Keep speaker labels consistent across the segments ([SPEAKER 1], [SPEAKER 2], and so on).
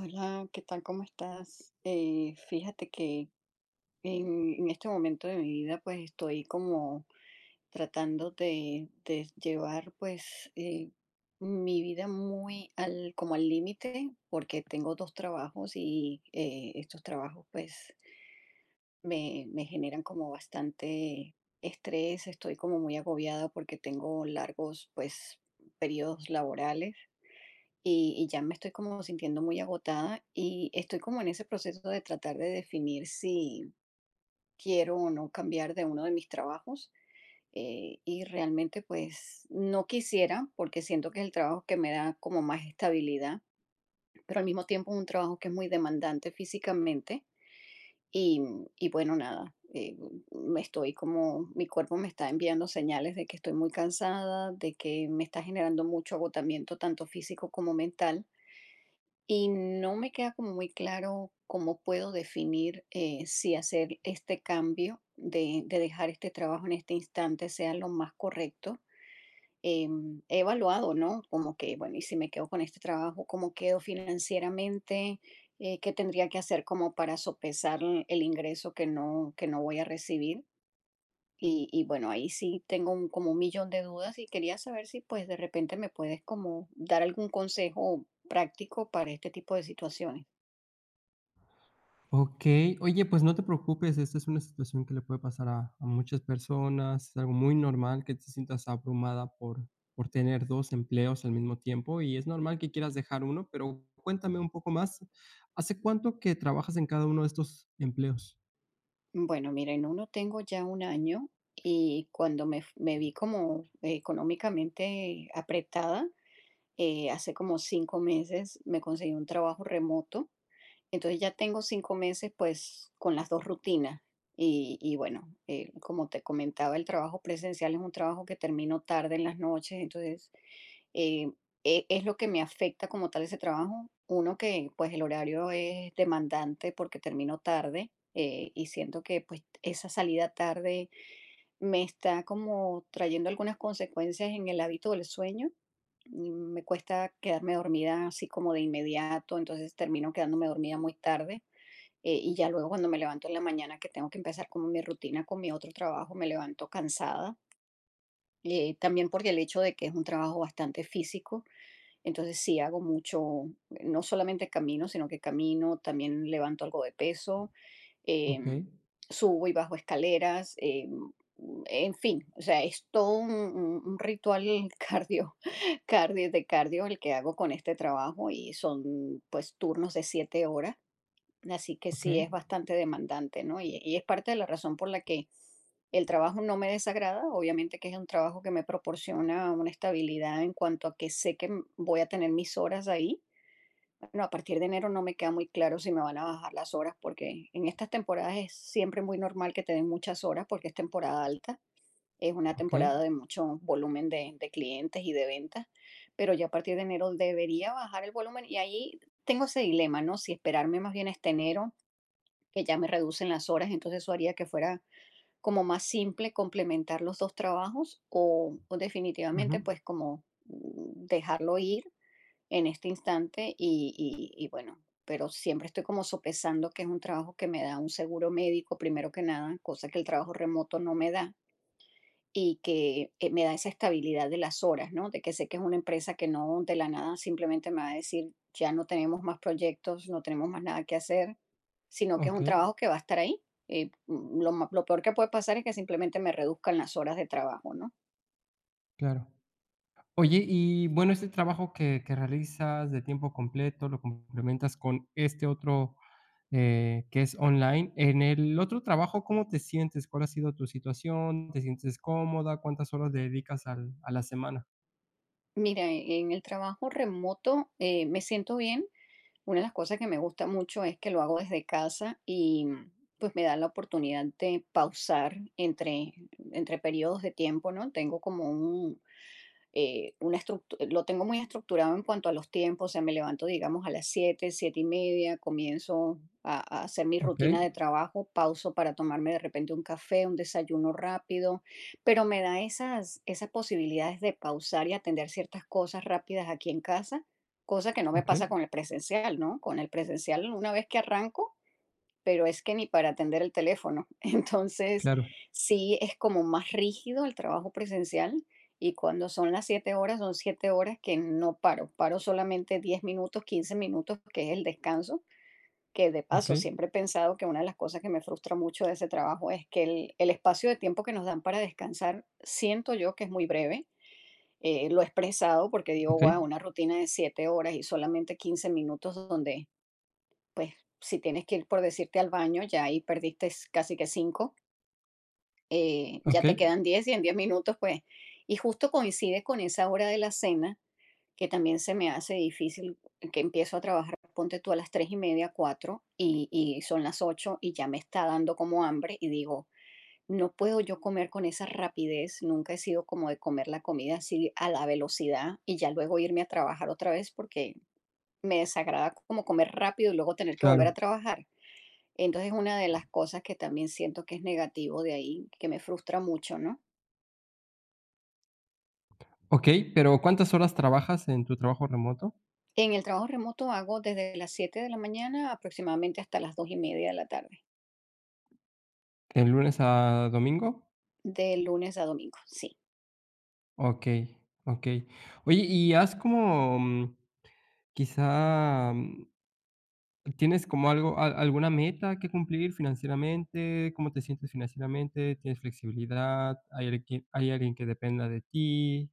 [SPEAKER 1] Hola, ¿qué tal? ¿Cómo estás? Fíjate que en este momento de mi vida, pues estoy como tratando de llevar, pues, mi vida muy al, como al límite, porque tengo dos trabajos y, estos trabajos, pues me generan como bastante estrés. Estoy como muy agobiada porque tengo largos, pues, periodos laborales, y ya me estoy como sintiendo muy agotada, y estoy como en ese proceso de tratar de definir si quiero o no cambiar de uno de mis trabajos. Y realmente, pues, no quisiera, porque siento que es el trabajo que me da como más estabilidad, pero al mismo tiempo es un trabajo que es muy demandante físicamente. y, y bueno, nada, me estoy como, mi cuerpo me está enviando señales de que estoy muy cansada, de que me está generando mucho agotamiento tanto físico como mental. Y no me queda como muy claro cómo puedo definir, si hacer este cambio de dejar este trabajo en este instante sea lo más correcto. He evaluado, ¿no? Como que, bueno, ¿y si me quedo con este trabajo, cómo quedo financieramente? ¿Qué tendría que hacer como para sopesar el ingreso que no voy a recibir? Y bueno, ahí sí tengo como un millón de dudas, y quería saber si, pues, de repente me puedes como dar algún consejo práctico para este tipo de situaciones.
[SPEAKER 2] Okey. Oye, pues no te preocupes, esta es una situación que le puede pasar a muchas personas, es algo muy normal que te sientas abrumada por tener 2 empleos al mismo tiempo, y es normal que quieras dejar uno, pero cuéntame un poco más, ¿hace cuánto que trabajas en cada uno de estos empleos?
[SPEAKER 1] Bueno, mira, en uno tengo ya un año, y cuando me vi como, económicamente apretada, hace como 5 meses me conseguí un trabajo remoto. Entonces ya tengo 5 meses, pues, con las dos rutinas. Y bueno, como te comentaba, el trabajo presencial es un trabajo que termino tarde en las noches. Entonces, eh, es lo que me afecta como tal ese trabajo. Uno que, pues, el horario es demandante porque termino tarde, y siento que, pues, esa salida tarde me está como trayendo algunas consecuencias en el hábito del sueño. Y me cuesta quedarme dormida así como de inmediato, entonces termino quedándome dormida muy tarde. Y ya luego, cuando me levanto en la mañana, que tengo que empezar como mi rutina con mi otro trabajo, me levanto cansada. También porque el hecho de que es un trabajo bastante físico, entonces sí, hago mucho. No solamente camino, sino que camino, también levanto algo de peso,
[SPEAKER 2] Okey,
[SPEAKER 1] em, subo y bajo escaleras. En fin, o sea, es todo un ritual cardio, cardio de cardio el que hago con este trabajo, y son, pues, turnos de 7 horas. Así que sí,
[SPEAKER 2] okey,
[SPEAKER 1] es bastante demandante, ¿no? Y es parte de la razón por la que el trabajo no me desagrada. Obviamente que es un trabajo que me proporciona una estabilidad, en cuanto a que sé que, voy a tener mis horas ahí. Bueno, a partir de enero no me queda muy claro si me van a bajar las horas, porque en estas temporadas es siempre muy normal que te den muchas horas porque es temporada alta, es una
[SPEAKER 2] okey.
[SPEAKER 1] temporada de mucho volumen de clientes y de ventas. Pero ya a partir de enero debería bajar el volumen, y ahí tengo ese dilema, ¿no? Si esperarme más bien este enero, que ya me reducen las horas, entonces eso haría que fuera como más simple complementar los dos trabajos, o definitivamente,
[SPEAKER 2] Ujú.
[SPEAKER 1] pues, como dejarlo ir en este instante, y, y bueno. Pero siempre estoy como sopesando que es un trabajo que me da un seguro médico primero que nada, cosa que el trabajo remoto no me da, y que, me da esa estabilidad de las horas, ¿no? De que sé que es una empresa que no, de la nada, simplemente me va a decir, ya no tenemos más proyectos, no tenemos más nada que hacer, sino que es un
[SPEAKER 2] Okey,
[SPEAKER 1] trabajo que va a estar ahí. Lo peor que puede pasar es que simplemente me reduzcan las horas de trabajo, ¿no?
[SPEAKER 2] claro. Oye, y bueno, este trabajo que realizas de tiempo completo, lo complementas con este otro, que es online. En el otro trabajo, ¿cómo te sientes? ¿Cuál ha sido tu situación? ¿Te sientes cómoda? ¿Cuántas horas le dedicas al a la semana?
[SPEAKER 1] Mira, en el trabajo remoto, me siento bien. Una de las cosas que me gusta mucho es que lo hago desde casa, y pues me da la oportunidad de pausar entre, entre periodos de tiempo, ¿no? Tengo como una estructura. Lo tengo muy estructurado en cuanto a los tiempos. O sea, me levanto, digamos, a las 7:30, comienzo a hacer mi
[SPEAKER 2] Okey,
[SPEAKER 1] rutina de trabajo, pauso para tomarme de repente un café, un desayuno rápido, pero me da esas, esas posibilidades de pausar y atender ciertas cosas rápidas aquí en casa, cosa que no me pasa
[SPEAKER 2] okey,
[SPEAKER 1] con el presencial, ¿no? Con el presencial, una vez que arranco, pero es que ni para atender el teléfono. Entonces,
[SPEAKER 2] claro,
[SPEAKER 1] sí es como más rígido el trabajo presencial. Y cuando son las 7 horas, son 7 horas que no paro. Paro solamente 10 minutos, 15 minutos, que es el descanso, que de paso
[SPEAKER 2] okey,
[SPEAKER 1] siempre he pensado que una de las cosas que me frustra mucho de ese trabajo es que el espacio de tiempo que nos dan para descansar, siento yo que es muy breve. Lo he expresado porque digo,
[SPEAKER 2] okey,
[SPEAKER 1] wow, una rutina de 7 horas y solamente 15 minutos donde, pues, si tienes que ir, por decirte, al baño, ya ahí perdiste, casi que cinco, ya
[SPEAKER 2] okey,
[SPEAKER 1] te quedan 10, y en 10 minutos, pues, y justo coincide con esa hora de la cena, que también se me hace difícil. Que empiezo a trabajar, ponte tú a las 3:30, cuatro, y son las 8 y ya me está dando como hambre, y digo, no puedo yo comer con esa rapidez, nunca he sido como de comer la comida así a la velocidad, y ya luego irme a trabajar otra vez, porque me desagrada como comer rápido y luego tener que volver a
[SPEAKER 2] claro,
[SPEAKER 1] trabajar. Entonces, una de las cosas que también siento que es negativo de ahí, que me frustra mucho, ¿no?
[SPEAKER 2] okey, pero ¿cuántas horas trabajas en tu trabajo remoto?
[SPEAKER 1] En el trabajo remoto hago desde las 7 de la mañana aproximadamente hasta las 2:30 de la tarde,
[SPEAKER 2] ¿De lunes a domingo?
[SPEAKER 1] de lunes a domingo, sí.
[SPEAKER 2] Okey, okey. Oye, ¿y has como, quizá, ¿tienes como algo a alguna meta que cumplir financieramente? ¿Cómo te sientes financieramente? ¿Tienes flexibilidad? ¿Hay alguien que dependa de ti?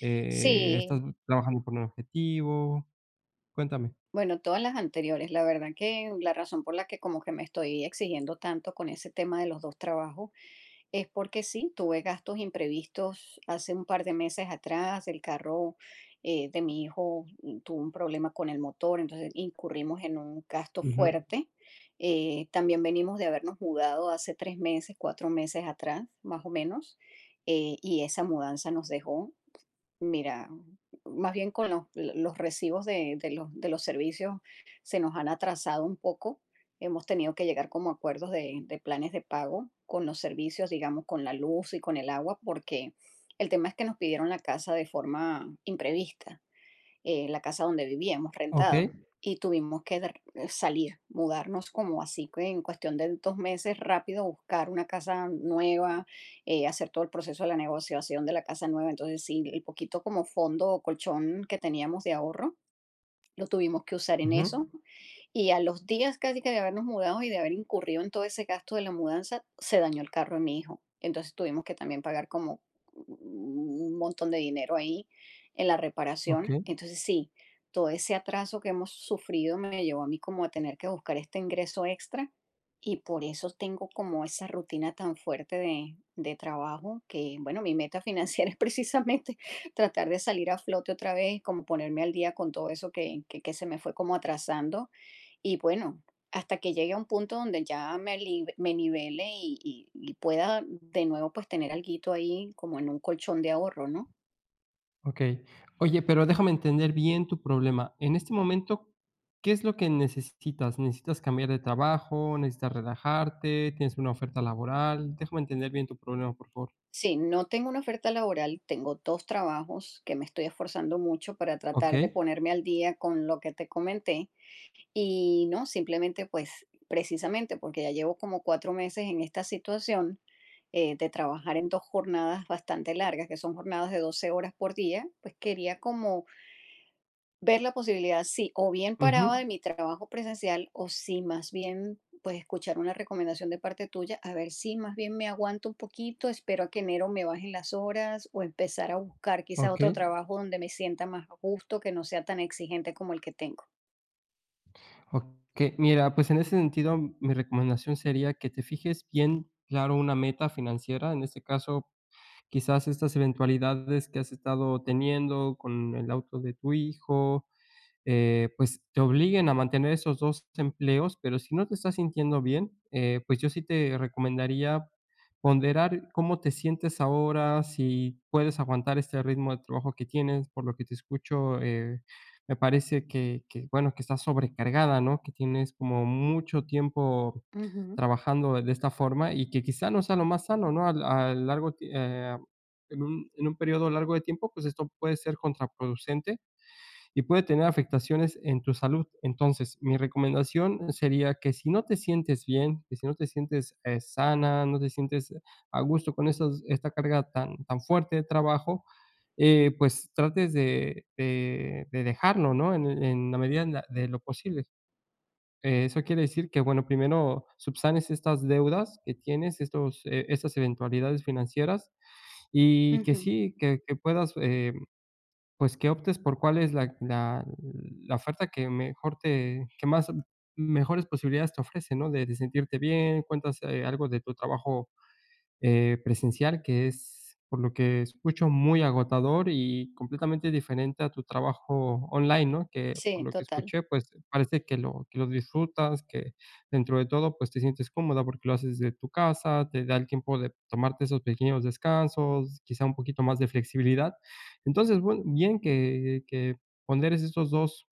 [SPEAKER 2] ¿Estás
[SPEAKER 1] Sí,
[SPEAKER 2] trabajando por un objetivo? Cuéntame.
[SPEAKER 1] bueno, todas las anteriores. La verdad que la razón por la que como que me estoy exigiendo tanto con ese tema de los dos trabajos es porque sí, tuve gastos imprevistos hace un par de meses atrás. El carro, de mi hijo, tuvo un problema con el motor, entonces incurrimos en un gasto
[SPEAKER 2] Ujú.
[SPEAKER 1] fuerte. También venimos de habernos mudado hace 3 meses, 4 meses atrás, más o menos. Y esa mudanza nos dejó, mira, más bien con los recibos de los servicios, se nos han atrasado un poco. Hemos tenido que llegar como a acuerdos de planes de pago con los servicios, digamos, con la luz y con el agua. Porque el tema es que nos pidieron la casa de forma imprevista, la casa donde vivíamos,
[SPEAKER 2] Okey.
[SPEAKER 1] rentado, y tuvimos que salir, mudarnos como así, que en cuestión de 2 meses rápido, buscar una casa nueva, hacer todo el proceso de la negociación de la casa nueva. Entonces, sí, el poquito como fondo o colchón que teníamos de ahorro, lo tuvimos que usar en
[SPEAKER 2] Ujú.
[SPEAKER 1] eso. Y a los días, casi, que de habernos mudado y de haber incurrido en todo ese gasto de la mudanza, se dañó el carro de mi hijo. Entonces tuvimos que también pagar como un montón de dinero ahí en la reparación.
[SPEAKER 2] Okey,
[SPEAKER 1] Entonces sí, todo ese atraso que hemos sufrido me llevó a mí como a tener que buscar este ingreso extra, y por eso tengo como esa rutina tan fuerte de trabajo. Que, bueno, mi meta financiera es precisamente tratar de salir a flote otra vez, como ponerme al día con todo eso que, que se me fue como atrasando, y bueno, hasta que llegue a un punto donde ya me nivele, y, y pueda de nuevo, pues, tener alguito ahí como en un colchón de ahorro, ¿no?
[SPEAKER 2] okey. Oye, pero déjame entender bien tu problema. En este momento, ¿qué es lo que necesitas? ¿Necesitas cambiar de trabajo? ¿Necesitas relajarte? ¿Tienes una oferta laboral? Déjame entender bien tu problema, por favor.
[SPEAKER 1] Sí, no tengo una oferta laboral, tengo dos trabajos que me estoy esforzando mucho para tratar de
[SPEAKER 2] Okey.
[SPEAKER 1] ponerme al día con lo que te comenté. Y no, simplemente, pues, precisamente porque ya llevo como 4 meses en esta situación, de trabajar en dos jornadas bastante largas, que son jornadas de 12 horas por día. Pues quería como ver la posibilidad, sí, o bien paraba
[SPEAKER 2] Ujú.
[SPEAKER 1] de mi trabajo presencial, o sí, más bien, pues, escuchar una recomendación de parte tuya, a ver si más bien me aguanto un poquito, espero a que enero me bajen las horas, o empezar a buscar quizá otro
[SPEAKER 2] Okey.
[SPEAKER 1] trabajo donde me sienta más a gusto, que no sea tan exigente como el que tengo.
[SPEAKER 2] Ok, mira, pues en ese sentido, mi recomendación sería que te fijes bien claro una meta financiera. En este caso, quizás estas eventualidades que has estado teniendo con el auto de tu hijo, pues te obliguen a mantener esos 2 empleos, pero si no te estás sintiendo bien, pues yo sí te recomendaría ponderar cómo te sientes ahora, si puedes aguantar este ritmo de trabajo que tienes. Por lo que te escucho, me parece que, bueno, que estás sobrecargada, ¿no? Que tienes como mucho tiempo
[SPEAKER 1] Ujú,
[SPEAKER 2] trabajando de esta forma y que quizá no sea lo más sano, ¿no? Al a largo ti En un periodo largo de tiempo, pues esto puede ser contraproducente y puede tener afectaciones en tu salud. Entonces, mi recomendación sería que si no te sientes bien, que si no te sientes sana, no te sientes a gusto con esta carga tan, tan fuerte de trabajo, pues trates de dejarlo, ¿no? En la medida de lo posible. Eso quiere decir que, bueno, primero subsanes estas deudas que tienes, estos, estas eventualidades financieras, y que
[SPEAKER 1] ujú.
[SPEAKER 2] sí, que puedas pues que optes por cuál es la oferta que mejor te que más mejores posibilidades te ofrece, ¿no? De sentirte bien, cuentas, algo de tu trabajo presencial, que es, por lo que escucho, muy agotador y completamente diferente a tu trabajo online, ¿no? Que por
[SPEAKER 1] Sí,
[SPEAKER 2] lo que
[SPEAKER 1] total.
[SPEAKER 2] escuché, pues parece que lo disfrutas, que dentro de todo, pues te sientes cómoda porque lo haces de tu casa, te da el tiempo de tomarte esos pequeños descansos, quizá un poquito más de flexibilidad. Entonces, bueno, bien que ponderes estos 2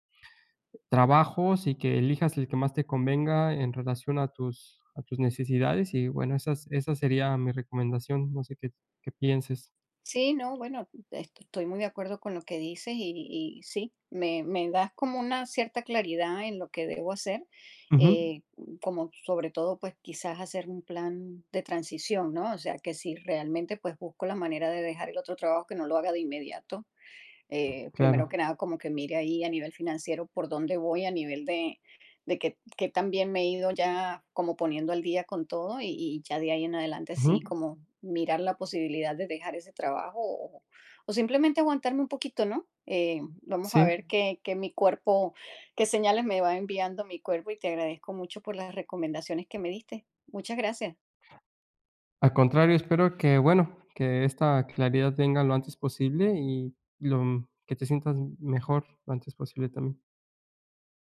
[SPEAKER 2] trabajos y que elijas el que más te convenga en relación a tus necesidades. Y bueno, esa sería mi recomendación, no sé qué pienses.
[SPEAKER 1] Sí, no, bueno, estoy muy de acuerdo con lo que dices, y sí, me das como una cierta claridad en lo que debo hacer.
[SPEAKER 2] Ujú,
[SPEAKER 1] eh, Como sobre todo, pues, quizás hacer un plan de transición, ¿no? O sea, que si realmente, pues, busco la manera de dejar el otro trabajo, que no lo haga de inmediato. Primero
[SPEAKER 2] claro,
[SPEAKER 1] que nada, como que mire ahí a nivel financiero por dónde voy, a nivel de que también me he ido ya como poniendo al día con todo, y ya de ahí en adelante,
[SPEAKER 2] ujú,
[SPEAKER 1] sí, como mirar la posibilidad de dejar ese trabajo, o simplemente aguantarme un poquito, ¿no? Vamos a
[SPEAKER 2] sí,
[SPEAKER 1] ver qué, qué mi cuerpo, qué señales me va enviando mi cuerpo. Y te agradezco mucho por las recomendaciones que me diste. Muchas gracias.
[SPEAKER 2] al contrario, espero que, bueno, que esta claridad venga lo antes posible y lo que te sientas mejor lo antes posible también.